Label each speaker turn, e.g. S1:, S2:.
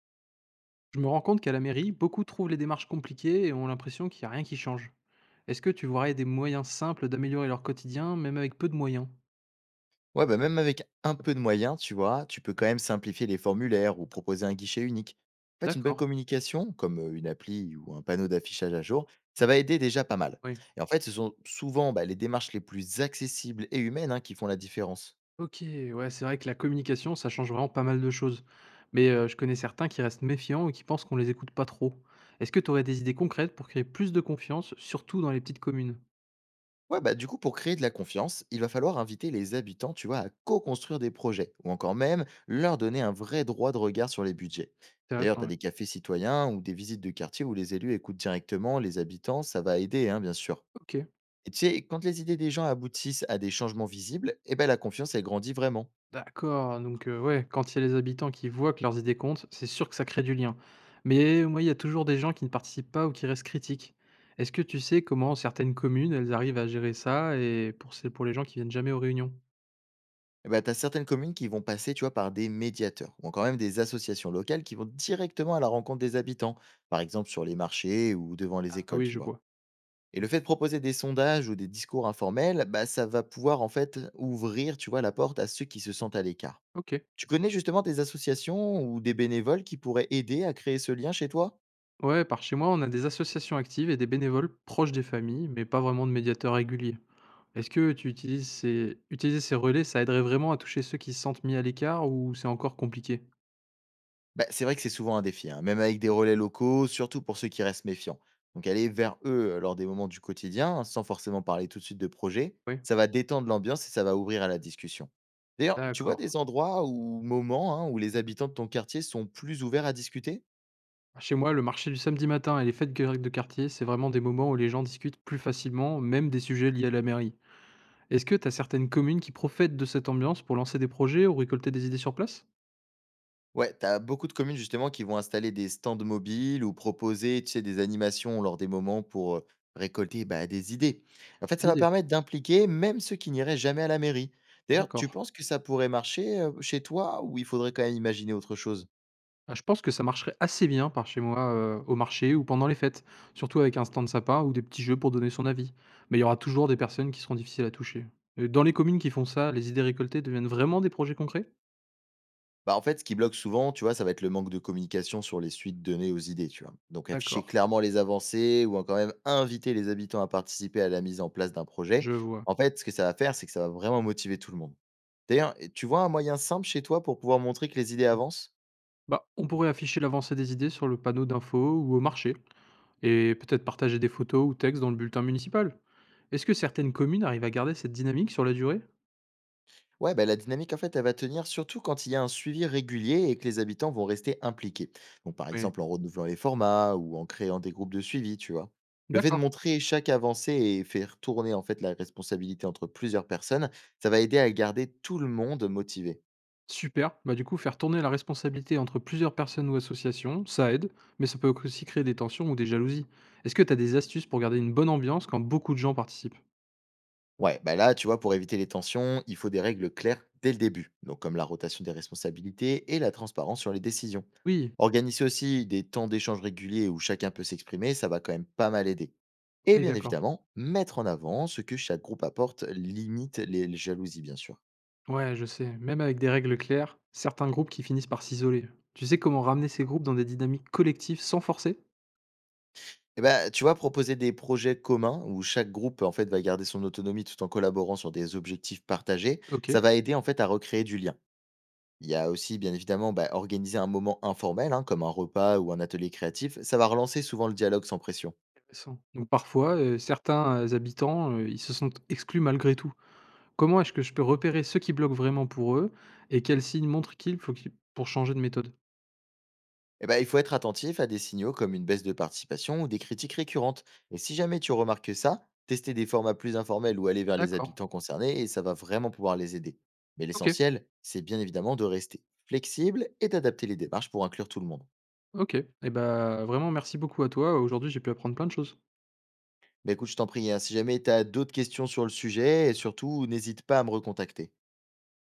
S1: Je me rends compte qu'à la mairie, beaucoup trouvent les démarches compliquées et ont l'impression qu'il n'y a rien qui change. Est-ce que tu voudrais des moyens simples d'améliorer leur quotidien, même avec peu de moyens.
S2: Ouais, bah, même avec un peu de moyens, tu vois, tu peux quand même simplifier les formulaires ou proposer un guichet unique. En fait, une bonne
S1: D'accord,
S2: communication, comme une appli ou un panneau d'affichage à jour, ça va aider déjà pas mal.
S1: oui.
S2: Et en fait, ce sont souvent bah, les démarches les plus accessibles et humaines hein, qui font la différence.
S1: Ok, ouais, c'est vrai que la communication, ça change vraiment pas mal de choses. Mais je connais certains qui restent méfiants et qui pensent qu'on les écoute pas trop. Est-ce que tu aurais des idées concrètes pour créer plus de confiance, surtout dans les petites communes.
S2: Ouais, bah du coup, pour créer de la confiance, il va falloir inviter les habitants, tu vois, à co-construire des projets, ou encore même leur donner un vrai droit de regard sur les budgets. D'ailleurs,
S1: Intéressant,
S2: tu as
S1: ouais.
S2: des cafés citoyens ou des visites de quartier où les élus écoutent directement les habitants, ça va aider, hein, bien sûr.
S1: Ok.
S2: Et tu sais, quand les idées des gens aboutissent à des changements visibles, eh ben, la confiance, elle grandit vraiment.
S1: D'accord, donc ouais, quand il y a les habitants qui voient que leurs idées comptent, c'est sûr que ça crée du lien. Mais moi, il y a toujours des gens qui ne participent pas ou qui restent critiques. Est-ce que tu sais comment certaines communes, elles arrivent à gérer ça et pour les gens qui viennent jamais aux réunions?
S2: Eh ben, tu as certaines communes qui vont passer tu vois, par des médiateurs, ou encore même des associations locales qui vont directement à la rencontre des habitants, par exemple sur les marchés ou devant les
S1: Ah
S2: écoles,
S1: oui,
S2: tu
S1: je
S2: vois.
S1: vois.
S2: Et le fait de proposer des sondages ou des discours informels, bah, ça va pouvoir en fait ouvrir tu vois, la porte à ceux qui se sentent à l'écart.
S1: OK.
S2: Tu connais justement des associations ou des bénévoles qui pourraient aider à créer ce lien chez toi?
S1: Ouais, par chez moi, on a des associations actives et des bénévoles proches des familles, mais pas vraiment de médiateurs réguliers. Est-ce que tu utilises ces utiliser ces relais, ça aiderait vraiment à toucher ceux qui se sentent mis à l'écart ou c'est encore compliqué?
S2: Bah, c'est vrai que c'est souvent un défi, hein, même avec des relais locaux, surtout pour ceux qui restent méfiants. Donc aller vers eux lors des moments du quotidien, hein, sans forcément parler tout de suite de projet,
S1: Oui,
S2: ça va détendre l'ambiance et ça va ouvrir à la discussion. D'ailleurs, tu vois
S1: d'accord.
S2: des endroits ou moments hein, où les habitants de ton quartier sont plus ouverts à discuter?
S1: Chez moi, le marché du samedi matin et les fêtes grecques de quartier, c'est vraiment des moments où les gens discutent plus facilement, même des sujets liés à la mairie. Est-ce que tu as certaines communes qui profitent de cette ambiance pour lancer des projets ou récolter des idées sur place.
S2: Ouais, t'as beaucoup de communes justement qui vont installer des stands mobiles ou proposer, tu sais, des animations lors des moments pour récolter bah, des idées. En fait,
S1: Bonne
S2: ça va
S1: idée.
S2: permettre d'impliquer même ceux qui n'iraient jamais à la mairie. D'ailleurs,
S1: D'accord.
S2: tu penses que ça pourrait marcher chez toi ou il faudrait quand même imaginer autre chose?
S1: Ah, je pense que ça marcherait assez bien par chez moi au marché ou pendant les fêtes, surtout avec un stand sympa ou des petits jeux pour donner son avis. Mais il y aura toujours des personnes qui seront difficiles à toucher. Dans les communes qui font ça, les idées récoltées deviennent vraiment des projets concrets.
S2: Bah en fait, ce qui bloque souvent, tu vois, ça va être le manque de communication sur les suites données aux idées, tu vois. Donc afficher
S1: D'accord,
S2: clairement les avancées ou quand même inviter les habitants à participer à la mise en place d'un projet.
S1: je vois.
S2: En fait, ce que ça va faire, c'est que ça va vraiment motiver tout le monde. D'ailleurs, et tu vois un moyen simple chez toi pour pouvoir montrer que les idées avancent?
S1: Bah, on pourrait afficher l'avancée des idées sur le panneau d'infos ou au marché. Et peut-être partager des photos ou textes dans le bulletin municipal. Est-ce que certaines communes arrivent à garder cette dynamique sur la durée?
S2: Ouais, bah, la dynamique, en fait, elle va tenir surtout quand il y a un suivi régulier et que les habitants vont rester impliqués. Donc, par
S1: Oui.
S2: exemple, en renouvelant les formats ou en créant des groupes de suivi, tu vois. Le fait de
S1: D'accord.
S2: montrer chaque avancée et faire tourner, en fait, la responsabilité entre plusieurs personnes, ça va aider à garder tout le monde motivé.
S1: Super. Bah, du coup, faire tourner la responsabilité entre plusieurs personnes ou associations, ça aide, mais ça peut aussi créer des tensions ou des jalousies. Est-ce que tu as des astuces pour garder une bonne ambiance quand beaucoup de gens participent?
S2: Ouais, bah là, tu vois, pour éviter les tensions, il faut des règles claires dès le début, donc comme la rotation des responsabilités et la transparence sur les décisions.
S1: Oui,
S2: Organiser aussi des temps d'échange réguliers où chacun peut s'exprimer, ça va quand même pas mal aider. Et
S1: oui,
S2: bien
S1: d'accord.
S2: évidemment, mettre en avant ce que chaque groupe apporte limite les jalousies, bien sûr.
S1: Ouais, je sais. Même avec des règles claires, certains groupes qui finissent par s'isoler. Tu sais comment ramener ces groupes dans des dynamiques collectives sans forcer?
S2: Et ben, tu vois, proposer des projets communs où chaque groupe en fait va garder son autonomie tout en collaborant sur des objectifs partagés,
S1: Ok.
S2: ça va aider en fait à recréer du lien. Il y a aussi, bien évidemment, bah, organiser un moment informel, hein, comme un repas ou un atelier créatif, ça va relancer souvent le dialogue sans pression.
S1: Intéressant. Donc parfois, certains, habitants, ils se sentent exclus malgré tout. Comment est-ce que je peux repérer ceux qui bloquent vraiment pour eux et quels signes montrent qu'il faut qu'ils pour changer de méthode?
S2: Et ben, il faut être attentif à des signaux comme une baisse de participation ou des critiques récurrentes. Et si jamais tu remarques ça, tester des formats plus informels ou aller vers les
S1: D'accord.
S2: habitants concernés, et ça va vraiment pouvoir les aider. Mais
S1: OK,
S2: l'essentiel, c'est bien évidemment de rester flexible et d'adapter les démarches pour inclure tout le monde.
S1: OK. Et bah, vraiment merci beaucoup à toi. Aujourd'hui, j'ai pu apprendre plein de choses.
S2: Mais écoute, je t'en prie, hein, si jamais tu as d'autres questions sur le sujet, et surtout, n'hésite pas à me recontacter.